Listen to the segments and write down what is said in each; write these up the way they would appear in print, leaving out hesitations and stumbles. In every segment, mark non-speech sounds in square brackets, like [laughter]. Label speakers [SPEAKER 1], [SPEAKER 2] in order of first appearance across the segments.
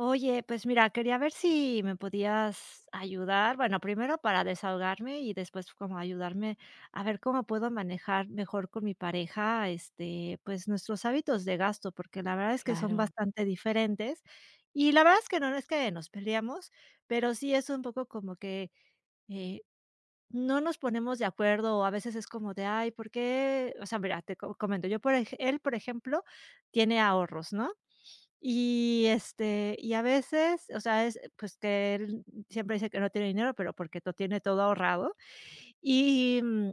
[SPEAKER 1] Oye, pues mira, quería ver si me podías ayudar, bueno, primero para desahogarme y después como ayudarme a ver cómo puedo manejar mejor con mi pareja, este, pues nuestros hábitos de gasto, porque la verdad es que son
[SPEAKER 2] Claro.
[SPEAKER 1] bastante diferentes y la verdad es que no, no es que nos peleamos, pero sí es un poco como que eh, no nos ponemos de acuerdo o a veces es como de, ay, ¿por qué? O sea, mira, comento, él, por ejemplo, tiene ahorros, ¿no? Y, este, y a veces, o sea, es, pues, que él siempre dice que no tiene dinero, pero porque lo tiene todo ahorrado. Y, mm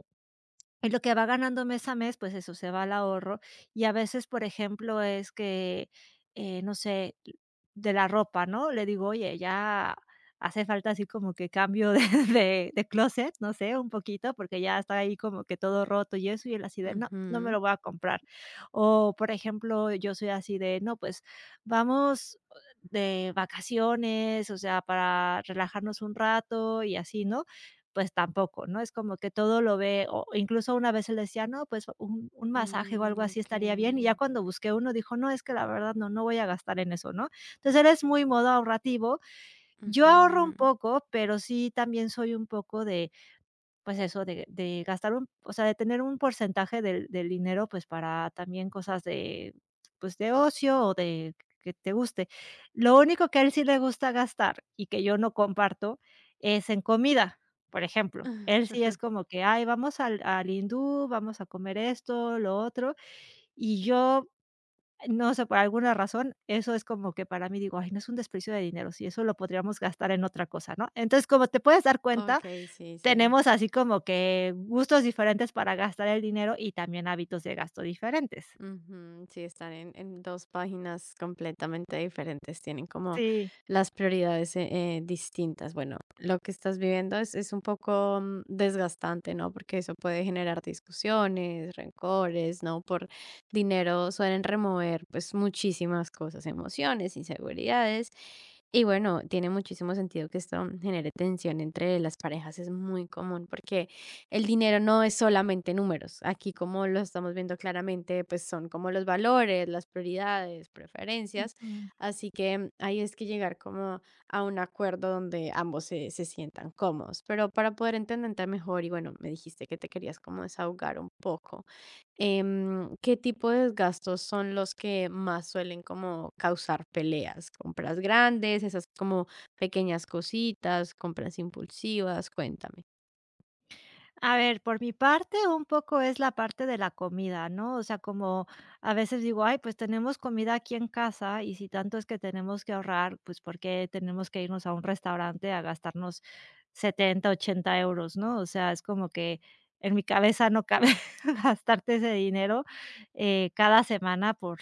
[SPEAKER 1] y lo que va ganando mes a mes, pues eso, se va al ahorro. Y a veces, por ejemplo, es que, no sé, de la ropa, ¿no? Le digo: "Oye, ya hace falta así como que cambio de [laughs] de clóset, no sé, un poquito, porque ya está ahí como que todo roto y eso", y él así de: "No, no me
[SPEAKER 2] Ujú.
[SPEAKER 1] lo voy a comprar". O, por ejemplo, yo soy así de: "No, pues vamos de vacaciones, o sea, para relajarnos un rato y así", ¿no? Pues tampoco, ¿no? Es como que todo lo ve, o incluso una vez él decía: "No, pues un masaje o algo
[SPEAKER 2] Mm,
[SPEAKER 1] así estaría bien", y ya
[SPEAKER 2] okey.
[SPEAKER 1] cuando busqué uno dijo: "No, es que la verdad no, no voy a gastar en eso", ¿no? Entonces, él es muy modo ahorrativo. Yo ahorro un
[SPEAKER 2] Ujú.
[SPEAKER 1] poco, pero sí también soy un poco de pues eso, de gastar un o sea, de tener un porcentaje del dinero, pues, para también cosas de, pues, de ocio o de que te guste. Lo único que a él sí le gusta gastar y que yo no comparto es en comida, por ejemplo. Él sí es
[SPEAKER 2] [laughs]
[SPEAKER 1] como que: "Ay, vamos al hindú, vamos a comer esto, lo otro", y yo, no sé, por alguna razón, eso es como que para mí digo: "Ay, no es un desperdicio de dinero, si eso lo podríamos gastar en otra cosa", ¿no? Entonces, como te puedes dar cuenta,
[SPEAKER 2] Okey, sí, sí.
[SPEAKER 1] tenemos así como que gustos diferentes para gastar el dinero y también hábitos de gasto diferentes.
[SPEAKER 2] Ujú, sí, están en dos páginas completamente diferentes, tienen como
[SPEAKER 1] Sí,
[SPEAKER 2] las prioridades distintas. Bueno, lo que estás viviendo es un poco desgastante, ¿no? Porque eso puede generar discusiones, rencores, ¿no? Por dinero suelen remover pues muchísimas cosas, emociones, inseguridades. Y bueno, tiene muchísimo sentido que esto genere tensión entre las parejas, es muy común porque el dinero no es solamente números. Aquí, como lo estamos viendo claramente, pues son como los valores, las prioridades, preferencias.
[SPEAKER 1] ujú.
[SPEAKER 2] Así que ahí es que llegar como a un acuerdo donde ambos se sientan cómodos. Pero para poder entenderte mejor, y bueno, me dijiste que te querías como desahogar un poco, ¿qué tipo de gastos son los que más suelen como causar peleas? ¿Compras grandes, esas como pequeñas cositas, compras impulsivas? Cuéntame.
[SPEAKER 1] A ver, por mi parte, un poco es la parte de la comida, ¿no? O sea, como a veces digo: "Ay, pues tenemos comida aquí en casa, y si tanto es que tenemos que ahorrar, pues, ¿por qué tenemos que irnos a un restaurante a gastarnos 70 80 euros?", ¿no? O sea, es como que en mi cabeza no cabe [laughs] gastarte ese dinero, cada semana por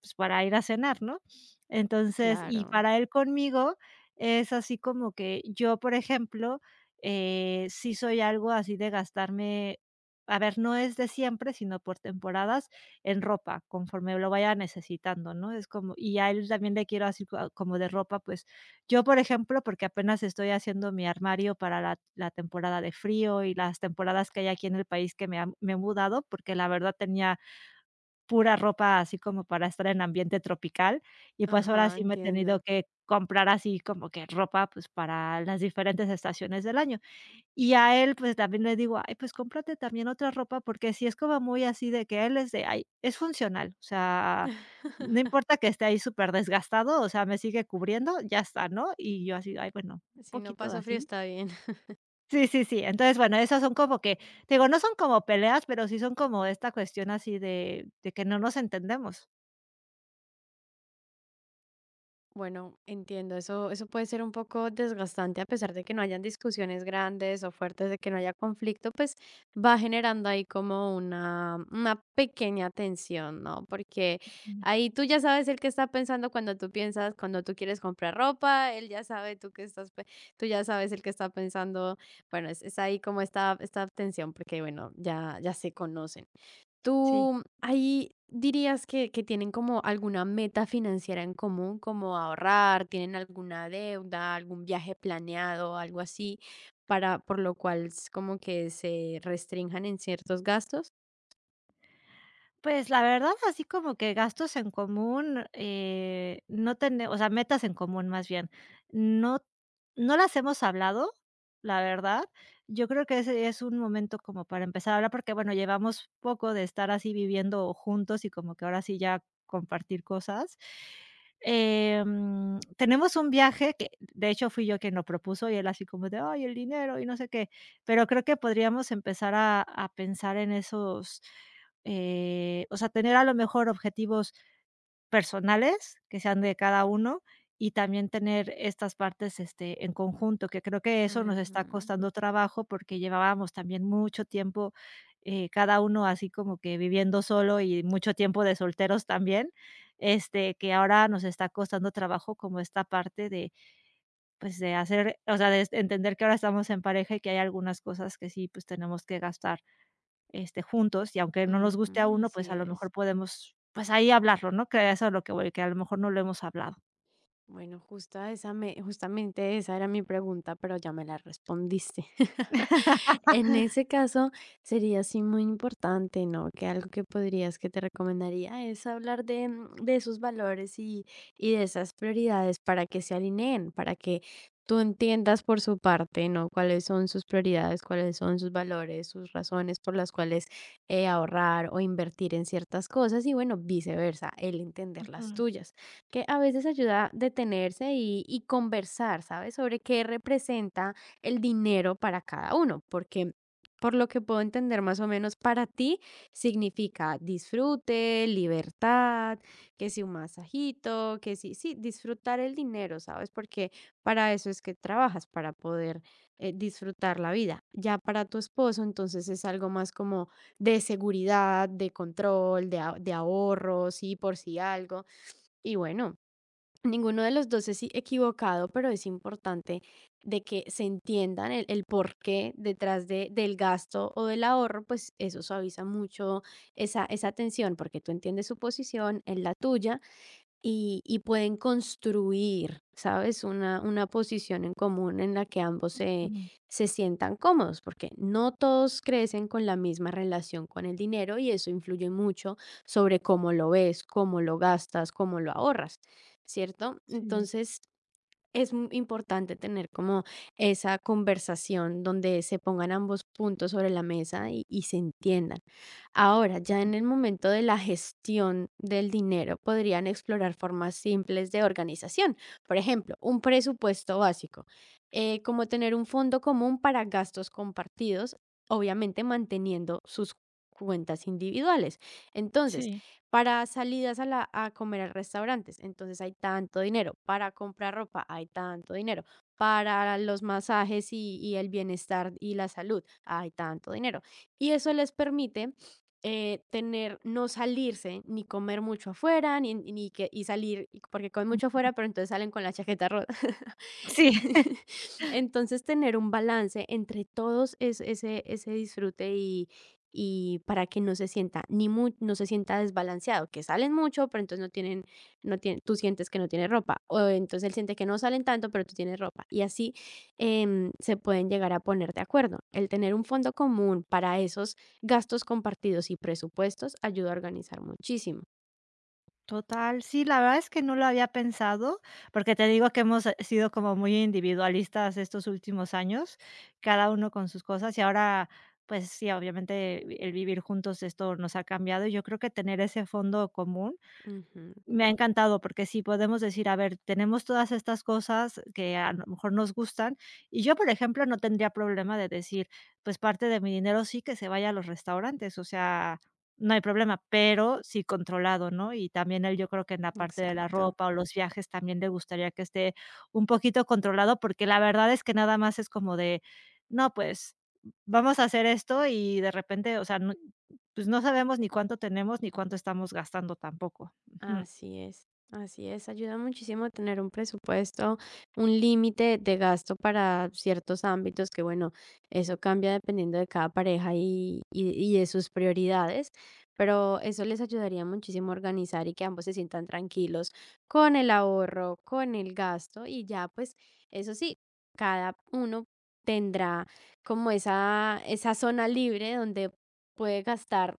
[SPEAKER 1] pues, para ir a cenar, ¿no? Entonces, y
[SPEAKER 2] Claro.
[SPEAKER 1] para él conmigo es así como que yo, por ejemplo, sí soy algo así de gastarme, a ver, no es de siempre, sino por temporadas en ropa, conforme lo vaya necesitando, ¿no? Es como y a él también le quiero así co como de ropa, pues, yo, por ejemplo, porque apenas estoy haciendo mi armario para la temporada de frío y las temporadas que hay aquí en el país que me he mudado, porque la verdad tenía pura ropa así como para estar en ambiente tropical, y pues ahora
[SPEAKER 2] Ajá,
[SPEAKER 1] sí me he tenido
[SPEAKER 2] entiendo.
[SPEAKER 1] que comprar así como que ropa, pues, para las diferentes estaciones del año. Y a él, pues, también le digo: "Ay, pues cómprate también otra ropa", porque si es como muy así de que él es de: "Ay, es funcional", o sea,
[SPEAKER 2] [laughs]
[SPEAKER 1] no importa que esté ahí súper desgastado o sea, me sigue cubriendo, ya está, ¿no? Y yo así: "Ay, bueno, un
[SPEAKER 2] Si no
[SPEAKER 1] poquito de
[SPEAKER 2] paso frío
[SPEAKER 1] así".
[SPEAKER 2] está bien. [laughs]
[SPEAKER 1] Sí, sí, sí. Entonces, bueno, esos son como que, te digo, no son como peleas, pero sí son como esta cuestión así de que no nos entendemos.
[SPEAKER 2] Bueno, entiendo, eso puede ser un poco desgastante a pesar de que no hayan discusiones grandes o fuertes, de que no haya conflicto, pues va generando ahí como una pequeña tensión, ¿no? Porque
[SPEAKER 1] Mm,
[SPEAKER 2] ahí tú ya sabes el que está pensando cuando tú piensas, cuando tú quieres comprar ropa, él ya sabe tú que estás, tú ya sabes el que está pensando, bueno, es ahí como esta tensión porque bueno, ya se conocen.
[SPEAKER 1] sí.
[SPEAKER 2] ¿Tú ahí dirías que tienen como alguna meta financiera en común, como ahorrar, tienen alguna deuda, algún viaje planeado, algo así, para por lo cual es como que se restrinjan en ciertos gastos?
[SPEAKER 1] Pues, la verdad, así como que gastos en común, no tene o sea, metas en común, más bien. No no las hemos hablado, la verdad. Yo creo que ese es un momento como para empezar a hablar, porque, bueno, llevamos poco de estar así viviendo juntos y como que ahora sí ya compartir cosas. Em, tenemos un viaje que, de hecho, fui yo quien lo propuso, y él así como de: "Ay, el dinero", y no sé qué. Pero creo que podríamos empezar a pensar en esos o sea, tener a lo mejor objetivos personales que sean de cada uno y también tener estas partes, este, en conjunto, que creo que eso nos está
[SPEAKER 2] Ujú,
[SPEAKER 1] costando trabajo porque llevábamos también mucho tiempo, cada uno así como que viviendo solo y mucho tiempo de solteros también, este, que ahora nos está costando trabajo como esta parte de, pues, de hacer, o sea, de entender que ahora estamos en pareja y que hay algunas cosas que sí, pues, tenemos que gastar este, juntos, y aunque no nos guste a
[SPEAKER 2] ujú,
[SPEAKER 1] uno, pues,
[SPEAKER 2] así
[SPEAKER 1] a lo mejor
[SPEAKER 2] es.
[SPEAKER 1] podemos, pues, ahí hablarlo, ¿no? Que eso es lo que voy, que a lo mejor no lo hemos hablado.
[SPEAKER 2] Bueno, justamente esa era mi pregunta, pero ya me la respondiste. [laughs] En ese caso, sería así muy importante, ¿no? Que algo que podrías, que te recomendaría es hablar de, de esos valores y de esas prioridades para que se alineen, para que tú entiendas por su parte, ¿no? Cuáles son sus prioridades, cuáles son sus valores, sus razones por las cuales ahorrar o invertir en ciertas cosas y bueno, viceversa, el entender las
[SPEAKER 1] Ujú,
[SPEAKER 2] tuyas que a veces ayuda a detenerse y conversar, ¿sabes? Sobre qué representa el dinero para cada uno, porque por lo que puedo entender más o menos para ti significa disfrute, libertad, que si un masajito, que si, sí, disfrutar el dinero, ¿sabes? Porque para eso es que trabajas, para poder disfrutar la vida. Ya para tu esposo, entonces es algo más como de seguridad, de control, de ahorros, sí, por si algo. Y bueno, ninguno de los dos es equivocado, pero es importante de que se entiendan el porqué detrás de, del gasto o del ahorro, pues eso suaviza mucho esa tensión, porque tú entiendes su posición, en la tuya, y pueden construir, ¿sabes? Una posición en común en la que ambos
[SPEAKER 1] ujú.
[SPEAKER 2] se sientan cómodos, porque no todos crecen con la misma relación con el dinero y eso influye mucho sobre cómo lo ves, cómo lo gastas, cómo lo ahorras, ¿cierto?
[SPEAKER 1] Sí,
[SPEAKER 2] Entonces, es importante tener como esa conversación donde se pongan ambos puntos sobre la mesa y se entiendan. Ahora, ya
[SPEAKER 1] ujú.
[SPEAKER 2] en el momento de la gestión del dinero, podrían explorar formas simples de organización. Por ejemplo, un presupuesto básico, como tener un fondo común para gastos compartidos, obviamente manteniendo sus cuentas individuales. Entonces,
[SPEAKER 1] Sí,
[SPEAKER 2] para salidas a comer a restaurantes, entonces hay tanto dinero, para comprar ropa hay tanto dinero, para los masajes y el bienestar y la salud hay tanto dinero. Y eso les permite, tener no salirse, ni comer mucho afuera, ni ni que y salir, porque comen mucho
[SPEAKER 1] mm.
[SPEAKER 2] afuera, pero entonces salen con la chaqueta rota. [laughs]
[SPEAKER 1] Sí.
[SPEAKER 2] [laughs] Entonces, tener un balance entre todos es ese disfrute y para que no se sienta ni mu no se sienta desbalanceado, que salen mucho, pero entonces no tienen tú sientes que no tienes ropa, o entonces él siente que no salen tanto, pero tú tienes ropa, y así, se pueden llegar a poner de acuerdo. El tener un fondo común para esos gastos compartidos y presupuestos ayuda a organizar muchísimo.
[SPEAKER 1] Total, sí, la verdad es que no lo había pensado, porque te digo que hemos, sido como muy individualistas estos últimos años, cada uno con sus cosas, y ahora, pues sí, obviamente, el vivir juntos, esto nos ha cambiado, y yo creo que tener ese fondo común
[SPEAKER 2] Ujú,
[SPEAKER 1] me ha encantado porque sí podemos decir, a ver, tenemos todas estas cosas que a lo mejor nos gustan y yo, por ejemplo, no tendría problema de decir, pues parte de mi dinero sí que se vaya a los restaurantes, o sea, no hay problema, pero sí controlado, ¿no? Y también él, yo creo que en la parte de la
[SPEAKER 2] exacto.
[SPEAKER 1] ropa o los viajes también le gustaría que esté un poquito controlado, porque la verdad es que nada más es como de, no, pues vamos a hacer esto y de repente, o sea, no, pues no sabemos ni cuánto tenemos ni cuánto estamos gastando tampoco. Ujú.
[SPEAKER 2] Así es, así es. Ayuda muchísimo tener un presupuesto, un límite de gasto para ciertos ámbitos que, bueno, eso cambia dependiendo de cada pareja y de sus prioridades, pero eso les ayudaría muchísimo a organizar y que ambos se sientan tranquilos con el ahorro, con el gasto y ya, pues, eso sí, cada uno tendrá como esa zona libre donde puede gastar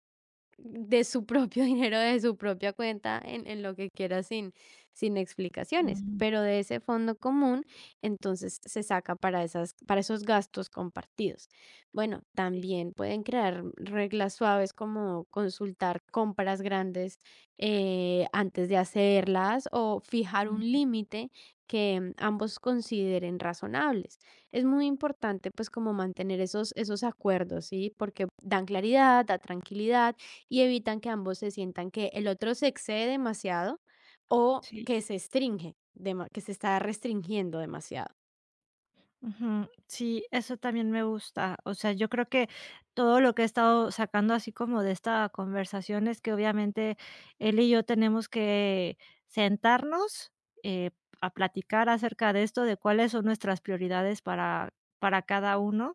[SPEAKER 2] de su propio [laughs] dinero, de su propia cuenta, en lo que quiera sin, sin explicaciones.
[SPEAKER 1] Ah,
[SPEAKER 2] Pero de ese fondo común, entonces se saca para, esas, para esos gastos compartidos. Bueno,
[SPEAKER 1] sí,
[SPEAKER 2] también pueden crear reglas suaves como consultar compras grandes antes de hacerlas o fijar un
[SPEAKER 1] ujú,
[SPEAKER 2] límite que ambos consideren razonables. Es muy importante pues como mantener esos acuerdos, ¿sí? Porque dan claridad, da tranquilidad y evitan que ambos se sientan que el otro se excede demasiado o
[SPEAKER 1] sí,
[SPEAKER 2] que se que se está restringiendo demasiado.
[SPEAKER 1] ujú. Sí, eso también me gusta. O sea, yo creo que todo lo que he estado sacando así como de esta conversación es que obviamente él y yo tenemos que sentarnos, eh, a platicar acerca de esto, de cuáles son nuestras prioridades para cada uno,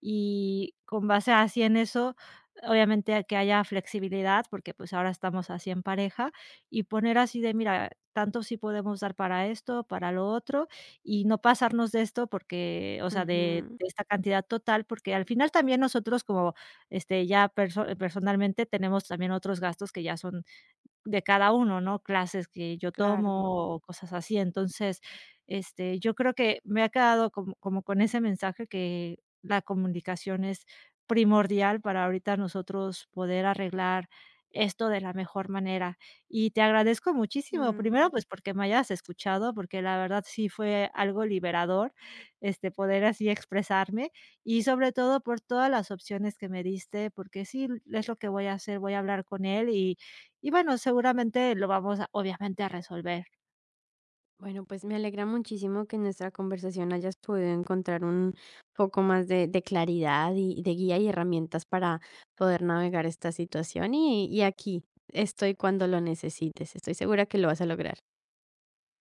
[SPEAKER 1] y con base así en eso, obviamente, a que haya flexibilidad, porque, pues, ahora estamos así en pareja, y poner así de: "Mira, tanto si podemos dar para esto, para lo otro" y no pasarnos de esto porque, o sea, de
[SPEAKER 2] Ujú,
[SPEAKER 1] de esta cantidad total, porque al final también nosotros como, este, personalmente tenemos también otros gastos que ya son de cada uno, ¿no? Clases que yo
[SPEAKER 2] claro.
[SPEAKER 1] tomo o cosas así. Entonces, este, yo creo que me ha quedado como con ese mensaje que la comunicación es primordial para ahorita nosotros poder arreglar esto de la mejor manera. Y te agradezco muchísimo,
[SPEAKER 2] Mm,
[SPEAKER 1] primero, pues, porque me hayas escuchado, porque la verdad sí fue algo liberador, este, poder así expresarme y sobre todo por todas las opciones que me diste, porque sí, es lo que voy a hacer, voy a hablar con él y bueno, seguramente lo vamos a obviamente a resolver.
[SPEAKER 2] bueno, pues me alegra muchísimo que en nuestra conversación hayas podido encontrar un poco más de claridad y de guía y herramientas para poder navegar esta situación y aquí estoy cuando lo necesites. Estoy segura que lo vas a lograr.